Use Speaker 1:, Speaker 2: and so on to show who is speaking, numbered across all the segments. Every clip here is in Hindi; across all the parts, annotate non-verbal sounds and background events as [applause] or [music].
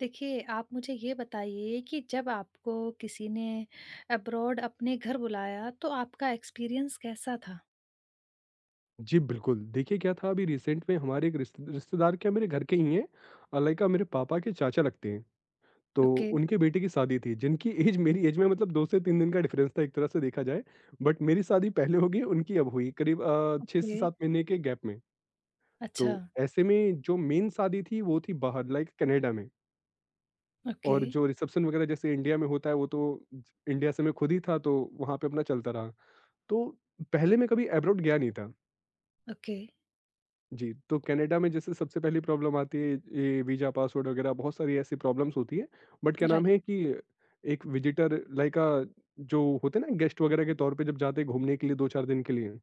Speaker 1: देखिए, आप मुझे ये बताइए कि जब आपको किसी ने अब्रॉड अपने घर बुलाया, तो आपका एक्सपीरियंस कैसा था?
Speaker 2: जी, बिल्कुल। देखिए क्या था, अभी रिसेंट में हमारे एक रिश्तेदार क्या मेरे घर के ही हैं, लाइक मेरे पापा के चाचा लगते हैं। तो
Speaker 1: ओके,
Speaker 2: उनके बेटे की शादी थी जिनकी ऐज मेरी ऐज में, मतलब 2 से 3 दिन का डिफ़रेंस था एक तरह से देखा जाए। बट मेरी शादी पहले हो गई, उनकी अब हुई करीब 6 से
Speaker 1: ओके,
Speaker 2: 7 महीने के गैप में।
Speaker 1: अच्छा,
Speaker 2: तो ऐसे में जो मेन शादी थी वो थी बाहर, लाइक कनाडा में।
Speaker 1: ओके,
Speaker 2: और जो रिसेप्शन वगैरह जैसे इंडिया में होता है, वो तो इंडिया से मैं खुद ही था, तो वहाँ पे अपना चलता रहा। तो पहले मैं कभी अब्रॉड गया नहीं था।
Speaker 1: ओके,
Speaker 2: जी, तो कनाडा में जैसे सबसे पहली प्रॉब्लम आती है, ये वीज़ा, पासवर्ड वगैरह बहुत सारी ऐसी प्रॉब्लम्स होती है। बट क्या नाम
Speaker 1: राइट,
Speaker 2: है कि एक विज़िटर लाइक जो होते हैं ना गेस्ट वगैरह के तौर पे जब जाते हैं घूमने के लिए 2-4 दिन के लिए,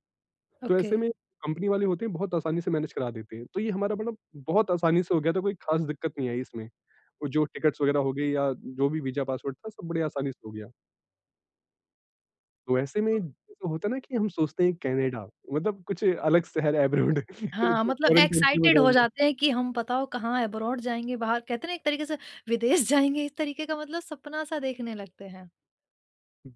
Speaker 2: तो
Speaker 1: ओके।
Speaker 2: ऐसे में कंपनी वाले होते हैं, बहुत आसानी से मैनेज करा देते हैं। तो ये हमारा, मतलब बहुत आसानी से हो गया था, कोई ख़ास दिक्कत नहीं आई इसमें। वो जो टिकट्स वगैरह हो गई या जो भी वीज़ा, पासवर्ड था, सब बड़े आसानी से हो गया। तो ऐसे में
Speaker 1: ओ
Speaker 2: जैसे होता है ना, कि हम सोचते हैं कनाडा मतलब कुछ अलग शहर, अब्रॉड [laughs]
Speaker 1: हाँ, मतलब
Speaker 2: फॉरेन कंट्री में
Speaker 1: एक्साइटेड हो
Speaker 2: जाएँगे।
Speaker 1: जाते हैं कि हम बताओ कहाँ अब्रॉड जाएँगे, बाहर कहते हैं ना एक तरीके से विदेश [laughs] जाएँगे, इस तरीके का मतलब सपना-सा देखने लगते हैं।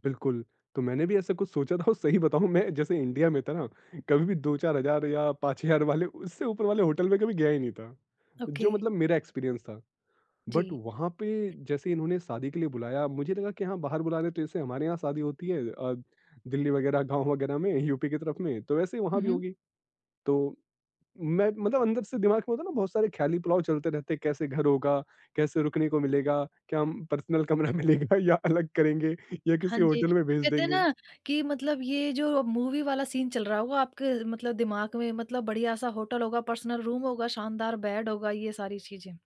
Speaker 2: बिल्कुल, तो मैंने भी ऐसा कुछ सोचा था। और सही बताऊँ, मैं जैसे इंडिया में था ना, कभी भी 2-4000 या 5,000 वाले उससे ऊपर वाले होटल में कभी गया ही नहीं था।
Speaker 1: ओके,
Speaker 2: जो मतलब मेरा एक्सपीरियंस था।
Speaker 1: जी।
Speaker 2: बट वहाँ पे जैसे इन्होंने शादी के लिए बुलाया, मुझे लगा कि हाँ, बाहर बुला रहे हैं, तो जैसे हमारे यहाँ शादी होती है दिल्ली वगैरह गाँव वगैरह में, यूपी की तरफ में, तो वैसे ही वहाँ
Speaker 1: हुँ,
Speaker 2: भी
Speaker 1: हुँ।
Speaker 2: होगी। तो मैं, मतलब अंदर से दिमाग में होता है ना, बहुत सारे ख़्याली पुलाव चलते रहते हैं, कैसे घर होगा, कैसे रुकने को मिलेगा, क्या हम पर्सनल कमरा [laughs] मिलेगा या अलग करेंगे, या
Speaker 1: हाँ
Speaker 2: किसी
Speaker 1: जी,
Speaker 2: होटल में भेज
Speaker 1: कहते हैं ना
Speaker 2: देंगे।
Speaker 1: कि मतलब ये जो मूवी वाला सीन चल रहा होगा आपके मतलब दिमाग में मतलब बढ़िया-सा होटल होगा, पर्सनल रूम होगा, शानदार बेड होगा, ये सारी चीज़ें।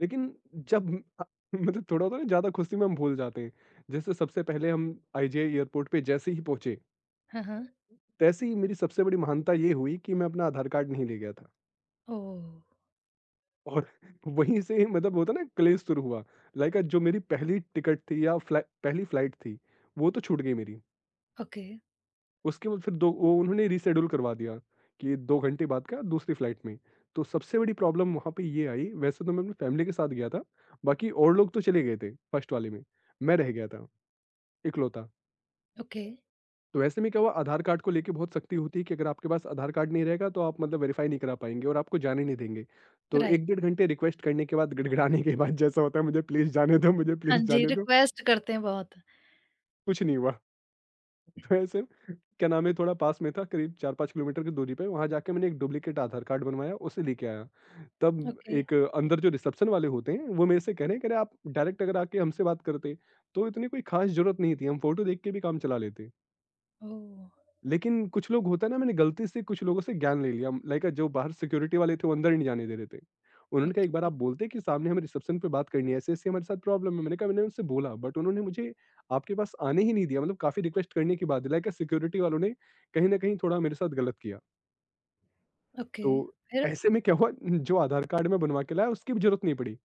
Speaker 2: लेकिन जब [laughs] अ, मतलब थोड़ा होता है ना, ज़्यादा खुशी में हम भूल जाते हैं। जैसे सबसे पहले हम आईजीआई एयरपोर्ट पे जैसे ही पहुँचे,
Speaker 1: हाँ, हाँ।
Speaker 2: तैसे ही मेरी सबसे बड़ी महानता ये हुई कि मैं अपना आधार कार्ड नहीं ले गया था,
Speaker 1: ओह!
Speaker 2: और [laughs] वहीं से मतलब होता है ना, क्लेश शुरू हुआ। लाइक जो मेरी पहली टिकट थी, या फ्लाइ पहली फ्लाइट थी, वो तो छूट गई मेरी।
Speaker 1: ओके,
Speaker 2: उसके बाद फिर दो वो उन्होंने रीशेड्यूल करवा दिया कि 2 घंटे बाद का, दूसरी फ्लाइट में। तो सबसे बड़ी प्रॉब्लम वहाँ पे ये आई, वैसे तो मैं अपनी फैमिली के साथ गया था, बाकी और लोग तो चले गए थे फर्स्ट वाले में, मैं रह गया था। इकलौता।
Speaker 1: ओके,
Speaker 2: तो ऐसे में क्या हुआ, आधार कार्ड को लेके बहुत सख्ती होती है कि अगर आपके पास आधार कार्ड नहीं रहेगा तो आप, मतलब वेरीफ़ाई नहीं करा पाएँगे और आपको जाने नहीं देंगे। तो
Speaker 1: राइट।
Speaker 2: 1 डेढ़ घंटे रिक्वेस्ट करने के बाद, गिड़गिड़ाने के बाद, जैसा होता है, मुझे प्लीज़ जाने दो, मुझे
Speaker 1: हाँ
Speaker 2: प्लीज़
Speaker 1: जी,
Speaker 2: जाने दो,
Speaker 1: रिक्वेस्ट करते हैं बहुत।
Speaker 2: कुछ नहीं हुआ। [laughs] तो ऐसे, क्या नाम है, थोड़ा पास में था करीब 4-5 किलोमीटर की दूरी पे, वहाँ जाके मैंने एक डुप्लीकेट आधार कार्ड बनवाया, उसे लेके आया। तब
Speaker 1: ओके,
Speaker 2: एक अंदर जो रिसेप्शन वाले होते हैं, वो मेरे से कह रहे हैं, आप डायरेक्ट अगर आके हमसे बात करते तो इतनी कोई ख़ास ज़रूरत नहीं थी, हम फ़ोटो देख के भी काम चला लेते।
Speaker 1: ओह!
Speaker 2: लेकिन कुछ लोग, होता है ना, मैंने गलती से कुछ लोगों से ज्ञान ले लिया, लाइक जो बाहर सिक्योरिटी वाले थे वो अंदर नहीं जाने दे रहे थे। उन्होंने कहा एक बार
Speaker 1: ओके,
Speaker 2: आप बोलते कि सामने हमें रिसेप्शन पे बात करनी है, ऐसे ऐसे हमारे साथ प्रॉब्लम है। मैंने उनसे बोला बट उन्होंने मुझे आपके पास आने ही नहीं दिया, मतलब काफी रिक्वेस्ट करने के बाद, लाइक सिक्योरिटी वालों ने कहीं ना कहीं थोड़ा मेरे साथ गलत किया।
Speaker 1: ओके,
Speaker 2: तो
Speaker 1: फिर?
Speaker 2: ऐसे में क्या हुआ, जो आधार कार्ड में बनवा के लाया उसकी भी जरूरत नहीं पड़ी।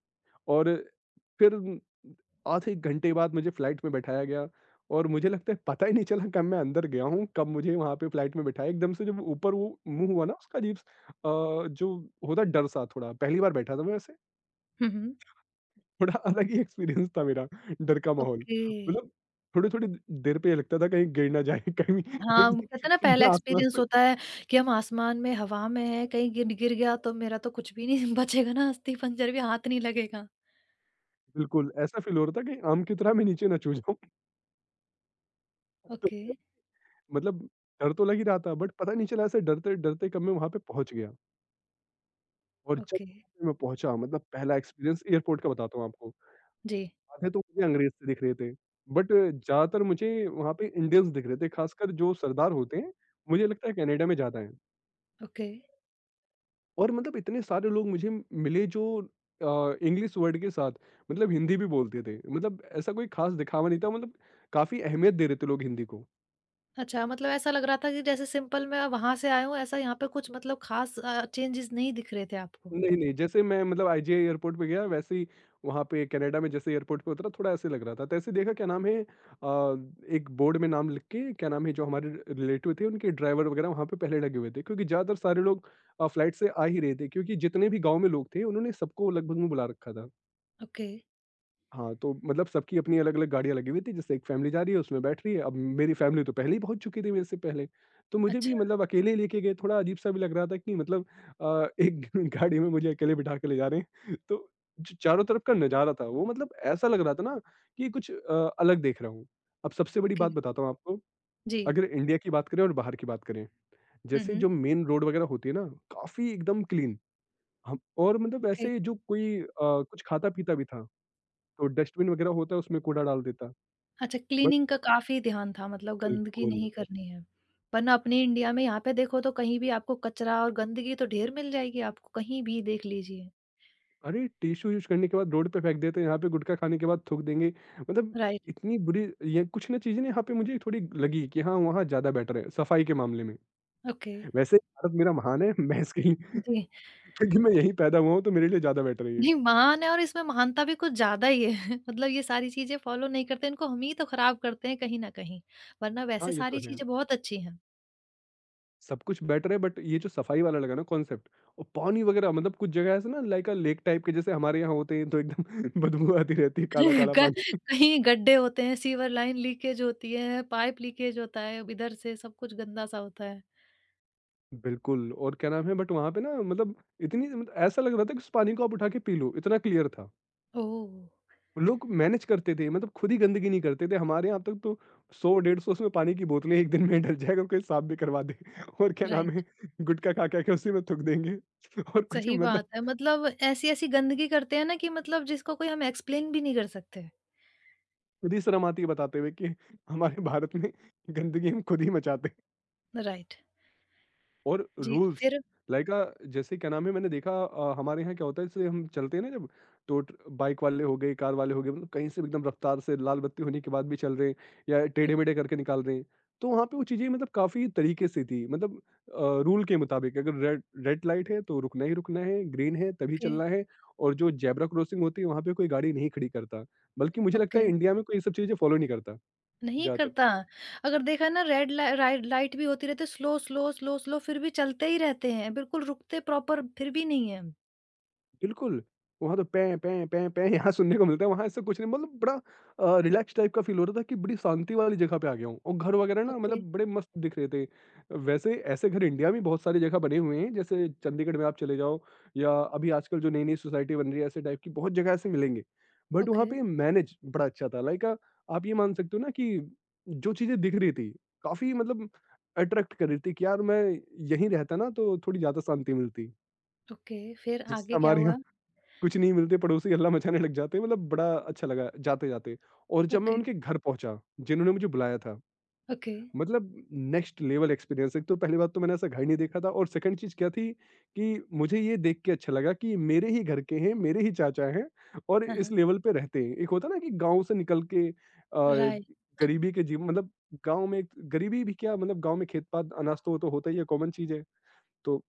Speaker 2: और फिर आधे 1 घंटे बाद मुझे फ्लाइट में बैठाया गया। और मुझे लगता है, पता ही नहीं चला कब मैं अंदर गया हूँ, कब मुझे वहाँ पे फ्लाइट में बैठाया। एकदम से जब ऊपर वो मुँह हुआ ना, उसका अजीब स, जो होता है डर सा थोड़ा, पहली बार बैठा था मैं वैसे,
Speaker 1: हुँ, हुँ,
Speaker 2: थोड़ा [laughs] अलग ही एक्सपीरियंस था मेरा, डर का माहौल।
Speaker 1: ओके।
Speaker 2: मतलब थोड़ी-थोड़ी द देर पे ये लगता था कहीं गिर ना जाए, [laughs] कहीं
Speaker 1: हाँ, वो कहते हैं ना पहला
Speaker 2: मैं आसमान
Speaker 1: एक्सपीरियंस
Speaker 2: से,
Speaker 1: होता है कि हम आसमान में, हवा में हैं, कहीं गिर गिर गया तो मेरा तो कुछ भी नहीं [laughs] बचेगा ना, अस्थि-पंजर भी हाथ नहीं लगेगा।
Speaker 2: बिल्कुल, ऐसा फ़ील हो रहा था कहीं आम की तरह मैं नीचे ना छू जाऊँ। [laughs] तो
Speaker 1: ओके।
Speaker 2: मतलब डर तो लग ही रहा था, बट पता नहीं चला ऐसे डरते-डरते कब मैं वहाँ पे पहुँच गया। और जब
Speaker 1: ओके,
Speaker 2: वहाँ मैं पहुँचा, मतलब पहला एक्सपीरियंस एयरपोर्ट का बताता हूँ आपको।
Speaker 1: जी,
Speaker 2: आधे तो मुझे अंग्रेज़ से दिख रहे थे, बट ज़्यादातर मुझे वहाँ पे इंडियंस दिख रहे थे, ख़ासकर जो सरदार होते हैं, मुझे लगता है कनाडा में ज़्यादा हैं।
Speaker 1: ओके।
Speaker 2: और मतलब इतने सारे लोग मुझे मिले जो अ, इंग्लिश वर्ड के साथ मतलब हिंदी भी बोलते थे। मतलब ऐसा कोई ख़ास दिखावा नहीं था, मतलब काफ़ी अहमियत दे रहे थे लोग हिंदी को।
Speaker 1: अच्छा मतलब ऐसा लग रहा था कि जैसे सिंपल मैं वहाँ से आया हूँ, ऐसा यहाँ पे कुछ मतलब ख़ास चेंजेस नहीं दिख रहे थे आपको।
Speaker 2: नहीं, नहीं, जैसे मैं, मतलब आईजीआई एयरपोर्ट पे गया, वैसे ही वहाँ पे कनाडा में जैसे एयरपोर्ट पे उतरा, थोड़ा ऐसे लग रहा था। तैसे देखा, क्या नाम है, एक बोर्ड में नाम लिख के, क्या नाम है, जो हमारे रिलेटिव थे उनके ड्राइवर वगैरह वहाँ पे पहले लगे हुए थे, क्योंकि ज़्यादातर सारे लोग फ्लाइट से आ ही रहे थे, क्योंकि जितने भी गाँव में लोग थे उन्होंने सबको लगभग में बुला रखा था।
Speaker 1: ओके,
Speaker 2: हाँ, तो मतलब सबकी अपनी अलग-अलग गाड़ियाँ लगी हुई थी, जैसे एक फैमिली जा रही है, उसमें बैठ रही है। अब मेरी फैमिली तो पहले ही पहुँच चुकी थी मेरे से पहले। तो मुझे भी
Speaker 1: अच्छा,
Speaker 2: मतलब अकेले लेके गए, थोड़ा अजीब-सा भी लग रहा था, कि मतलब एक [laughs] गाड़ी में मुझे अकेले बिठा के ले जा रहे हैं। तो जो चारों तरफ का नज़ारा था, वो मतलब ऐसा लग रहा था ना कि कुछ अलग देख रहा हूँ। अब सबसे बड़ी
Speaker 1: ओके,
Speaker 2: बात बताता हूँ आपको,
Speaker 1: जी।
Speaker 2: अगर इंडिया की बात करें और बाहर की बात करें,
Speaker 1: हुँ,
Speaker 2: जैसे
Speaker 1: हुँ,
Speaker 2: जो मेन रोड वगैरह होती है ना, काफ़ी एकदम क्लीन। हम और मतलब
Speaker 1: ओके।
Speaker 2: ऐसे जो कोई कुछ खाता-पीता भी था, तो डस्टबिन वगैरह होता है, उसमें कूड़ा डाल देता।
Speaker 1: अच्छा
Speaker 2: बट
Speaker 1: क्लीनिंग का काफ़ी ध्यान था मतलब गंदगी
Speaker 2: बिल्कुल।
Speaker 1: नहीं करनी है। वरना अपने इंडिया में यहाँ पे देखो तो कहीं भी आपको कचरा और गंदगी तो ढेर मिल जाएगी आपको, कहीं भी देख लीजिए।
Speaker 2: अरे! टिश्यू यूज़ करने के बाद रोड पे फेंक देते हैं, यहाँ पे गुटखा खाने के बाद थूक देंगे। मतलब
Speaker 1: राइट,
Speaker 2: इतनी बुरी, ये कुछ ना चीज़ें ना, यहाँ पे मुझे थोड़ी लगी कि हाँ, वहाँ ज़्यादा बेटर है सफाई के मामले में।
Speaker 1: ओके,
Speaker 2: वैसे भारत मेरा महान है, मैं इसकी [laughs]
Speaker 1: जी।
Speaker 2: क्योंकि मैं यहीं पैदा हुआ हूँ, तो मेरे लिए ज़्यादा बेटर है ये।
Speaker 1: नहीं महान है और इसमें महानता भी कुछ ज़्यादा ही है। [laughs] मतलब ये सारी चीज़ें फ़ॉलो नहीं करते, इनको हम ही तो ख़राब करते हैं कहीं न कहीं, वरना
Speaker 2: हाँ,
Speaker 1: वैसे
Speaker 2: ये तो
Speaker 1: सारी
Speaker 2: है।
Speaker 1: चीज़ें बहुत अच्छी हैं।
Speaker 2: सब कुछ बेटर है, बट ये जो सफाई वाला लगा ना कॉन्सेप्ट, और पानी वगैरह, मतलब कुछ जगह ऐसा ना, लाइक अ लेक टाइप के जैसे हमारे यहाँ होते हैं, तो एकदम [laughs] बदबू आती रहती है, काला-काला
Speaker 1: [laughs] ग
Speaker 2: पानी।
Speaker 1: कहीं गड्ढे होते हैं, सीवर लाइन लीकेज होती है, पाइप लीकेज होता है, इधर से सब कुछ गंदा-सा होता है।
Speaker 2: बिल्कुल, और क्या नाम है, बट वहाँ पे ना, मतलब इतनी, मतलब ऐसा लग रहा था कि उस पानी को आप उठा के पी लो, इतना क्लियर था।
Speaker 1: ओह!
Speaker 2: लोग मैनेज करते थे, मतलब खुद ही गंदगी नहीं करते थे। हमारे यहाँ तक तो 100 150 उसमें पानी की बोतलें एक दिन में डल जाएगा, कोई साफ भी करवा दे। [laughs] और क्या नाम
Speaker 1: राइट,
Speaker 2: है, गुटखा खा खा के उसी में थूक देंगे। [laughs] और कुछ,
Speaker 1: सही
Speaker 2: मतलब
Speaker 1: बात है। मतलब ऐसी-ऐसी गंदगी करते हैं ना कि मतलब जिसको कोई हम एक्सप्लेन भी नहीं कर सकते।
Speaker 2: खुद ही शर्म आती है बताते हुए कि हमारे भारत में गंदगी हम खुद ही मचाते।
Speaker 1: राइट।
Speaker 2: और
Speaker 1: जी,
Speaker 2: रूल्स,
Speaker 1: फिर?
Speaker 2: लाइक जैसे क्या नाम है, मैंने देखा हमारे यहाँ क्या होता है, जैसे हम चलते हैं ना जब, तो बाइक वाले हो गए, कार वाले हो गए, मतलब कहीं से भी एकदम रफ्तार से लाल बत्ती होने के बाद भी चल रहे हैं, या टेढ़े मेढ़े करके निकाल रहे हैं। तो वहाँ पे वो चीज़ें, मतलब काफ़ी तरीके से थी, मतलब रूल के मुताबिक, अगर रेड रेड लाइट है तो रुकना ही रुकना है, ग्रीन है तभी
Speaker 1: ओके,
Speaker 2: चलना है। और जो जेब्रा क्रॉसिंग होती है वहाँ पे कोई गाड़ी नहीं खड़ी करता, बल्कि मुझे लगता
Speaker 1: ओके।
Speaker 2: है इंडिया में कोई ये सब चीज़ें फॉलो नहीं करता,
Speaker 1: नहीं
Speaker 2: ज़्यादातर।
Speaker 1: करता। अगर देखा ना रेड ला राइ लाइट भी होती रहती है स्लो, स्लो, स्लो, स्लो फिर भी चलते ही रहते हैं, बिल्कुल रुकते प्रॉपर फिर भी नहीं है।
Speaker 2: बिल्कुल, वहाँ तो पें, पें, पें, पें यहाँ सुनने को मिलता है, वहाँ ऐसा कुछ नहीं। मतलब बड़ा रिलैक्स टाइप का फ़ील हो रहा था कि बड़ी शांति वाली जगह पे आ गया हूँ, और घर वगैरह ना,
Speaker 1: ओके,
Speaker 2: मतलब बड़े मस्त दिख रहे थे। वैसे ऐसे घर इंडिया में बहुत सारी जगह बने हुए हैं, जैसे चंडीगढ़ में आप चले जाओ, या अभी आजकल जो नई-नई सोसाइटी बन रही है, ऐसे टाइप की बहुत जगह ऐसे मिलेंगे। बट वहाँ
Speaker 1: ओके,
Speaker 2: पे मैनेज बड़ा अच्छा था, लाइक आप ये मान सकते हो ना कि जो चीज़ें दिख रही थी, काफ़ी मतलब अट्रैक्ट कर रही थी कि यार मैं यहीं रहता ना तो थोड़ी ज़्यादा शांति मिलती।
Speaker 1: ओके, फिर
Speaker 2: जिस
Speaker 1: आगे क्या
Speaker 2: हमारे यहाँ
Speaker 1: हुआ?
Speaker 2: कुछ नहीं मिलते पड़ोसी हल्ला मचाने लग जाते मतलब बड़ा अच्छा लगा जाते जाते। और जब मैं
Speaker 1: ओके,
Speaker 2: उनके घर पहुंचा जिन्होंने मुझे बुलाया था,
Speaker 1: ओके।
Speaker 2: मतलब नेक्स्ट लेवल एक्सपीरियंस। एक तो पहली बात तो मैंने ऐसा घर नहीं देखा था, और सेकंड चीज क्या थी कि मुझे ये देख के अच्छा लगा कि मेरे ही घर के हैं, मेरे ही चाचा हैं और
Speaker 1: हाँ,
Speaker 2: इस
Speaker 1: हाँ।
Speaker 2: लेवल पे रहते हैं। एक होता ना कि गांव से निकल के
Speaker 1: राइट।
Speaker 2: गरीबी के जीवन, मतलब गांव में गरीबी भी क्या, मतलब गांव में खेत पात अनाज तो वो तो होता ही है, कॉमन चीज है। तो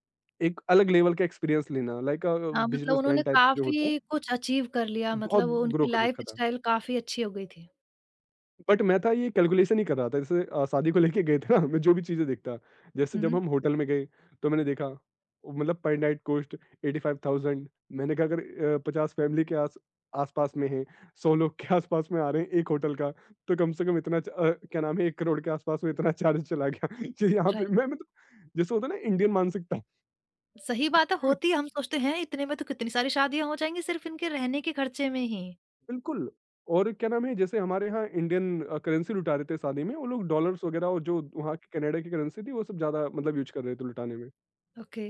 Speaker 2: एक अलग लेवल का एक्सपीरियंस लेना लाइक
Speaker 1: हाँ, मतलब
Speaker 2: बिजनेसमैन
Speaker 1: उन्होंने
Speaker 2: टाइप का जो होता है,
Speaker 1: काफ़ी कुछ अचीव कर लिया
Speaker 2: बहुत
Speaker 1: मतलब वो
Speaker 2: ग्रो
Speaker 1: उनकी
Speaker 2: कर रखा था।
Speaker 1: लाइफ़स्टाइल काफ़ी अच्छी हो गई थी।
Speaker 2: बट मैं था ये कैलकुलेशन ही कर रहा था। जैसे शादी को लेके गए थे ना [laughs] मैं जो भी चीज़ें देखता, जैसे
Speaker 1: हुँ,
Speaker 2: जब
Speaker 1: हुँ।
Speaker 2: हम होटल में गए तो मैंने देखा वो मतलब पर नाइट कॉस्ट 85,000। मैंने कहा अगर 50 फैमिली के आस आस-पास में हैं, 100 लोग के [laughs] आस-पास में आ रहे हैं एक होटल का, तो कम से कम इतना क्या नाम है, 1 करोड़ के आस-पास में इतना [laughs] चार्ज चला गया। [laughs] ये यहाँ पे मैं
Speaker 1: राइट।
Speaker 2: मतलब जैसे होता है ना इंडियन मानसिकता।
Speaker 1: सही बात है होती
Speaker 2: [laughs]
Speaker 1: है हम सोचते हैं इतने में तो कितनी सारी शादियाँ हो जाएँगी सिर्फ़ इनके रहने के खर्चे में ही।
Speaker 2: बिल्कुल, और क्या नाम है जैसे हमारे यहाँ इंडियन करेंसी लुटा रहे थे शादी में, वो लोग डॉलर्स वगैरह और जो वहाँ की कनाडा की करेंसी थी वो सब ज़्यादा मतलब यूज़ कर रहे थे लुटाने में।
Speaker 1: ओके।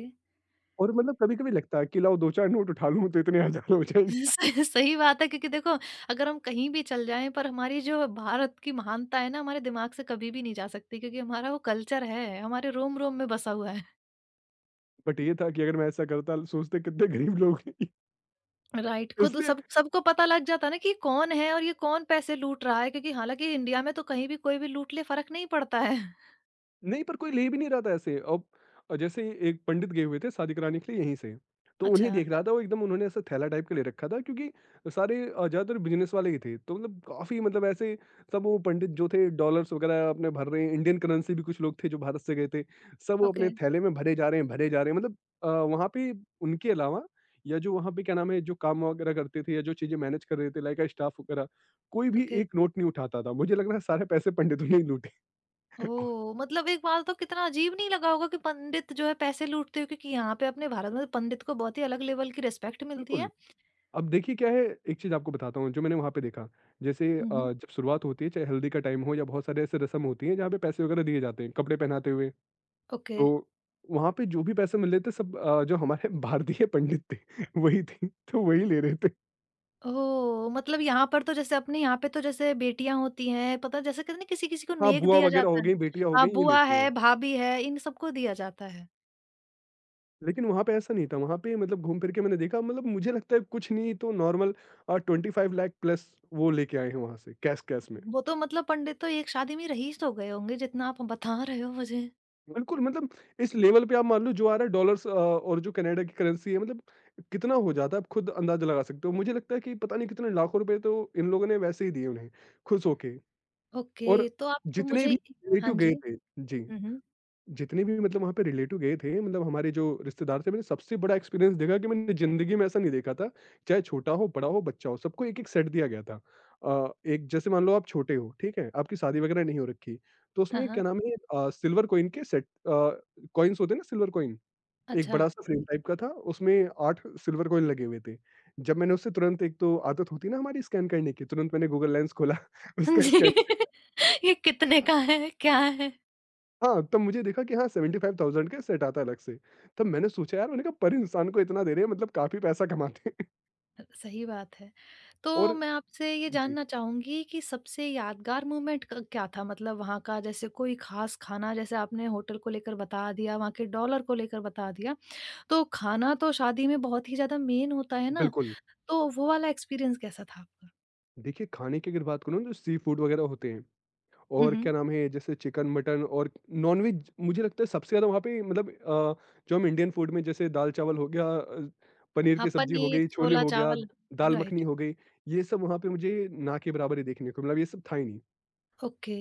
Speaker 2: और मतलब कभी-कभी लगता है कि लाओ 2-4 नोट उठा लूँ तो इतने हज़ार हो
Speaker 1: [laughs]
Speaker 2: जाएँगे।
Speaker 1: सही बात है क्योंकि देखो अगर हम कहीं भी चल जाएं पर हमारी जो भारत की महानता है ना हमारे दिमाग से कभी भी नहीं जा सकती क्योंकि हमारा वो कल्चर है हमारे रोम रोम में बसा हुआ है
Speaker 2: बट ये था कि अगर मैं ऐसा करता सोचते कितने गरीब लोग हैं। [laughs]
Speaker 1: राइट खुद
Speaker 2: इसलिए
Speaker 1: सब सबको पता लग जाता है ना कि ये कौन है और ये कौन पैसे लूट रहा है क्योंकि हालांकि इंडिया में तो कहीं भी कोई भी लूट ले फर्क नहीं पड़ता है [laughs]
Speaker 2: नहीं, पर कोई ले भी नहीं रहा था ऐसे अब। और जैसे ही एक पंडित गए हुए थे शादी कराने के लिए यहीं से, तो उन्हें
Speaker 1: अच्छा
Speaker 2: देख रहा था वो एकदम उन्होंने ऐसा थैला टाइप का ले रखा था, क्योंकि सारे ज़्यादातर बिजनेस वाले ही थे तो मतलब काफ़ी मतलब ऐसे सब। वो पंडित जो थे डॉलर्स वगैरह अपने भर रहे हैं, इंडियन करेंसी भी कुछ लोग थे जो भारत से गए थे, सब वो अपने
Speaker 1: ओके
Speaker 2: थैले में भरे जा रहे हैं भरे जा रहे हैं मतलब। वहाँ पे उनके अलावा या जो वहाँ पे क्या नाम है जो काम वगैरह करते थे या जो चीज़ें मैनेज कर रहे थे लाइक स्टाफ वगैरह, कोई भी
Speaker 1: ओके
Speaker 2: एक नोट नहीं उठाता था। मुझे लग रहा है सारे पैसे पंडितों ने ही लूटे। [laughs]
Speaker 1: ओ मतलब एक बार तो कितना अजीब नहीं लगा होगा कि पंडित जो है पैसे लूटते हो क्योंकि यहाँ पे अपने भारत में तो पंडित को बहुत ही अलग लेवल की रिस्पेक्ट मिलती है
Speaker 2: बिल्कुल। अब देखिए क्या है, एक चीज़ आपको बताता हूँ जो मैंने वहाँ पे देखा। जैसे
Speaker 1: हम्म
Speaker 2: जब शुरुआत होती है चाहे हल्दी का टाइम हो या बहुत सारे ऐसे रस्म होती है जहाँ पे पैसे वगैरह दिए जाते हैं, कपड़े पहनाते हुए।
Speaker 1: ओके
Speaker 2: तो वहाँ पे जो भी पैसे मिल रहे थे सब जो हमारे [laughs] भारतीय पंडित थे [laughs] वही थे, तो वही ले रहे थे।
Speaker 1: ओह! मतलब यहाँ पर तो जैसे अपने यहाँ पे तो जैसे बेटियाँ होती हैं, पता है जैसे कहते हैं ना किसी-किसी को
Speaker 2: हाँ,
Speaker 1: नेक
Speaker 2: बुआ
Speaker 1: दिया
Speaker 2: वगैरह हो
Speaker 1: जाता है।
Speaker 2: गई, बेटियाँ हो
Speaker 1: हाँ,
Speaker 2: गई ये
Speaker 1: बुआ
Speaker 2: लेती हैं।
Speaker 1: है, भाभी है, इन सबको दिया जाता है।
Speaker 2: लेकिन वहाँ पे ऐसा नहीं था। वहाँ पे मतलब घूम फिर के मैंने देखा, मतलब मुझे लगता है कुछ नहीं तो नॉर्मल 25 लाख प्लस वो लेके आए हैं वहाँ से कैश-कैश में।
Speaker 1: वो तो मतलब पंडित तो एक शादी में रईस हो गए होंगे जितना आप बता रहे हो मुझे।
Speaker 2: बिल्कुल, मतलब इस लेवल पे आप मान लो जो आ रहा है डॉलर्स और जो कनाडा की करेंसी है, मतलब कितना हो जाता है आप खुद अंदाज़ा लगा सकते हो। मुझे लगता है कि पता नहीं कितने लाखों रुपए तो इन लोगों ने वैसे ही दिए उन्हें, खुश होके। और
Speaker 1: ओके, तो आप
Speaker 2: जितने भी
Speaker 1: मुझे हाँ
Speaker 2: रिलेटिव
Speaker 1: जी।
Speaker 2: गए थे। जी।
Speaker 1: हुँ, हुँ।
Speaker 2: जितने भी मतलब वहाँ पे रिलेटिव गए थे मतलब हमारे जो रिश्तेदार थे, मैंने सबसे बड़ा एक्सपीरियंस देखा कि मैंने ज़िंदगी में ऐसा नहीं देखा था। चाहे छोटा हो, बड़ा हो, बच्चा हो, सबको एक-एक सेट दिया गया था। एक जैसे मान लो आप छोटे हो, ठीक है? आपकी शादी वगैरह नहीं हो रखी, तो
Speaker 1: हाँ,
Speaker 2: उसमें क्या
Speaker 1: हाँ।
Speaker 2: नाम है सिल्वर कॉइन के सेट, कॉइन्स होते हैं ना सिल्वर कॉइन। एक
Speaker 1: अच्छा।
Speaker 2: बड़ा-सा फ्रेम टाइप का था, उसमें 8 सिल्वर कॉइन लगे हुए थे। जब मैंने उससे तुरंत एक तो आदत होती है ना हमारी स्कैन करने की, तुरंत मैंने गूगल लेंस खोला [laughs]
Speaker 1: [laughs]
Speaker 2: उसका
Speaker 1: जी,
Speaker 2: स्कैन।
Speaker 1: [laughs] ये कितने का है? क्या है?
Speaker 2: हाँ, तब मुझे देखा कि हाँ, 75,000 का सेट आता है अलग से। तब मैंने सोचा यार, मैंने कहा पर इंसान को इतना दे रहे हैं, मतलब काफ़ी पैसा कमाते हैं। [laughs]
Speaker 1: सही बात है। तो
Speaker 2: और
Speaker 1: मैं आपसे ये
Speaker 2: जी,
Speaker 1: जानना चाहूँगी कि सबसे यादगार मोमेंट क क्या था? मतलब वहाँ का जैसे कोई ख़ास खाना जैसे आपने होटल को लेकर बता दिया, वहाँ के डॉलर को लेकर बता दिया। तो खाना तो शादी में बहुत ही ज़्यादा मेन होता है ना,
Speaker 2: बिल्कुल।
Speaker 1: तो वो वाला एक्सपीरियंस कैसा था आपका?
Speaker 2: देखिए खाने की अगर बात करूँ ना, तो सी फूड वगैरह होते हैं,
Speaker 1: हुँ,
Speaker 2: और क्या
Speaker 1: हुँ।
Speaker 2: नाम है जैसे चिकन, मटन और नॉन-वेज मुझे लगता है सबसे ज़्यादा वहाँ पे मतलब जो हम इंडियन फूड में जैसे दाल-चावल हो गया, पनीर
Speaker 1: हाँ,
Speaker 2: की सब्जी हो
Speaker 1: पनीर,
Speaker 2: गई, छोले हो गया,
Speaker 1: छोला-चावल
Speaker 2: दाल मखनी
Speaker 1: राइट,
Speaker 2: हो गई, ये सब वहाँ पे मुझे ना के बराबर ही देखने को मिला। ये सब था ही नहीं।
Speaker 1: ओके।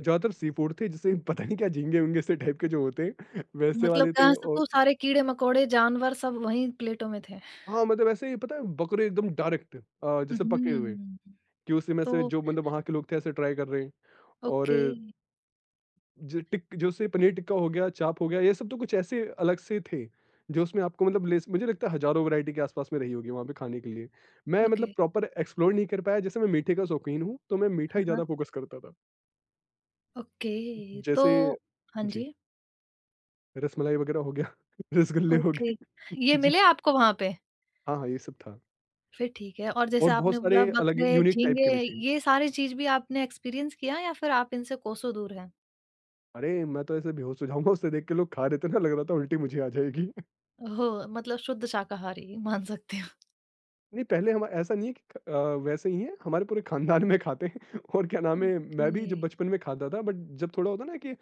Speaker 2: ज़्यादातर सी फूड थे, जैसे [laughs] पता नहीं क्या झींगे-वींगे से टाइप के जो होते हैं [laughs] वैसे
Speaker 1: मतलब
Speaker 2: वाले थे।
Speaker 1: कहाँ
Speaker 2: और
Speaker 1: सबको सारे कीड़े-मकोड़े, जानवर सब वहीं प्लेटों में थे।
Speaker 2: हाँ, मतलब ऐसे ही पता है बकरे एकदम डायरेक्ट
Speaker 1: हुँ,
Speaker 2: जैसे पके हुए
Speaker 1: हुँ।
Speaker 2: कि उसी में से
Speaker 1: तो
Speaker 2: जो मतलब वहाँ के लोग थे ऐसे ट्राई कर रहे हैं। और
Speaker 1: ओके,
Speaker 2: जो टिक जैसे पनीर टिक्का हो गया, चाप हो गया, ये सब तो कुछ ऐसे अलग से थे जो उसमें आपको मतलब लेस। मुझे लगता है हज़ारों वैरायटी के आसपास में रही होगी वहाँ पे खाने के लिए। मैं मतलब
Speaker 1: ओके।
Speaker 2: प्रॉपर एक्सप्लोर नहीं कर पाया, जैसे मैं मीठे का शौकीन हूँ, तो मैं मीठा ही
Speaker 1: हाँ, हाँ।
Speaker 2: ज़्यादा फ़ोकस करता था।
Speaker 1: ओके, तो
Speaker 2: जैसे
Speaker 1: हाँ
Speaker 2: जी,
Speaker 1: जी,
Speaker 2: रसमलाई वगैरह हो गया, [laughs] रसगुल्ले हो
Speaker 1: ओके,
Speaker 2: गए। [laughs]
Speaker 1: ये
Speaker 2: जी।
Speaker 1: मिले आपको वहाँ पे?
Speaker 2: हाँ, हाँ, ये सब था।
Speaker 1: फिर ठीक है और जैसे
Speaker 2: और बहुत
Speaker 1: आपने
Speaker 2: सारे
Speaker 1: बोला
Speaker 2: अलग
Speaker 1: बकरे,
Speaker 2: यूनिक टाइप के
Speaker 1: झींगे
Speaker 2: भी थे।
Speaker 1: ये सारी चीज़ भी आपने एक्सपीरियंस किया या फिर आप इनसे कोसों दूर हैं?
Speaker 2: अरे! मैं तो ऐसे बेहोश हो जाऊँगा, उसे देख के लोग खा रहे थे ना, लग रहा था उल्टी मुझे आ जाएगी।
Speaker 1: ओह! मतलब शुद्ध शाकाहारी मान सकते हो।
Speaker 2: [laughs] नहीं, पहले हम ऐसा नहीं है कि वैसे ही है हमारे पूरे खानदान में खाते हैं। [laughs] और क्या नाम है, मैं भी
Speaker 1: ओके,
Speaker 2: जब बचपन में खाता था, बट जब थोड़ा होता है ना कि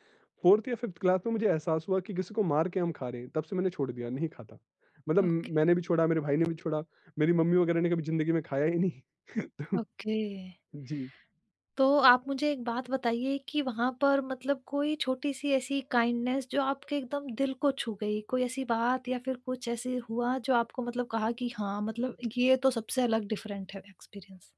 Speaker 2: 4th या 5th क्लास में मुझे एहसास हुआ कि किसी को मार के हम खा रहे हैं, तब से मैंने छोड़ दिया, नहीं खाता। मतलब
Speaker 1: ओके,
Speaker 2: मैंने भी छोड़ा, मेरे भाई ने भी छोड़ा, मेरी मम्मी वगैरह ने कभी ज़िंदगी में खाया ही नहीं। [laughs] तो
Speaker 1: ओके।
Speaker 2: जी।
Speaker 1: तो आप मुझे एक बात बताइए कि वहाँ पर मतलब कोई छोटी-सी ऐसी काइंडनेस जो आपके एकदम दिल को छू गई, कोई ऐसी बात या फिर कुछ ऐसे हुआ जो आपको मतलब कहा कि हाँ, मतलब ये तो सबसे अलग डिफरेंट है एक्सपीरियंस?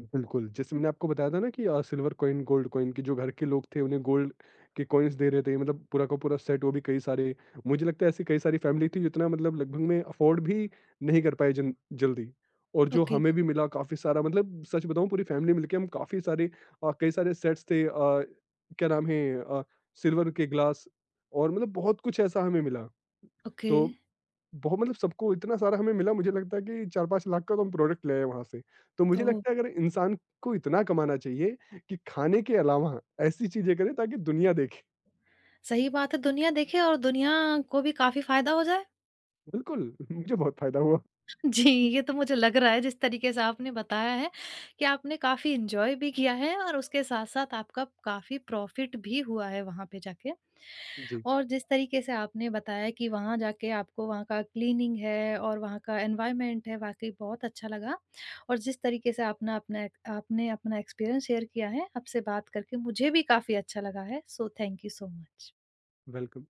Speaker 2: बिल्कुल, जैसे मैंने आपको बताया था ना कि सिल्वर कॉइन, गोल्ड कॉइन, कि जो घर के लोग थे उन्हें गोल्ड के कॉइन्स दे रहे थे, मतलब पूरा का पूरा सेट, वो भी कई सारे। मुझे लगता है ऐसी कई सारी फैमिली थी जितना मतलब लगभग में अफ़ोर्ड भी नहीं कर पाए जन जल्दी। और जो
Speaker 1: ओके,
Speaker 2: हमें भी मिला काफ़ी सारा, मतलब सच बताऊँ पूरी फैमिली मिलके हम काफ़ी सारे कई सारे सेट्स थे, क्या नाम है, सिल्वर के ग्लास और मतलब बहुत कुछ ऐसा हमें मिला।
Speaker 1: ओके।
Speaker 2: तो बहुत मतलब सबको इतना सारा हमें मिला, मुझे लगता है कि 4-5 लाख का तो हम प्रोडक्ट ले आए वहाँ से। तो मुझे
Speaker 1: ओह!
Speaker 2: लगता है अगर इंसान को इतना कमाना चाहिए कि खाने के अलावा ऐसी चीज़ें करे ताकि दुनिया देखे।
Speaker 1: सही बात है दुनिया देखे और दुनिया को भी काफ़ी फ़ायदा हो जाए।
Speaker 2: बिल्कुल, मुझे बहुत फ़ायदा हुआ।
Speaker 1: [laughs] जी, ये तो मुझे लग रहा है जिस तरीके से आपने बताया है कि आपने काफ़ी एन्जॉय भी किया है और उसके साथ-साथ आपका काफ़ी प्रॉफ़िट भी हुआ है वहाँ पे जाके।
Speaker 2: जी,
Speaker 1: और जिस तरीके से आपने बताया कि वहाँ जाके आपको वहाँ का क्लीनिंग है और वहाँ का एनवायरनमेंट है वाक़ई बहुत अच्छा लगा। और जिस तरीके से आपने अपना एक्सपीरियंस शेयर किया है, आपसे बात करके मुझे भी काफ़ी अच्छा लगा है। So thank you so much.
Speaker 2: बिल्कुल।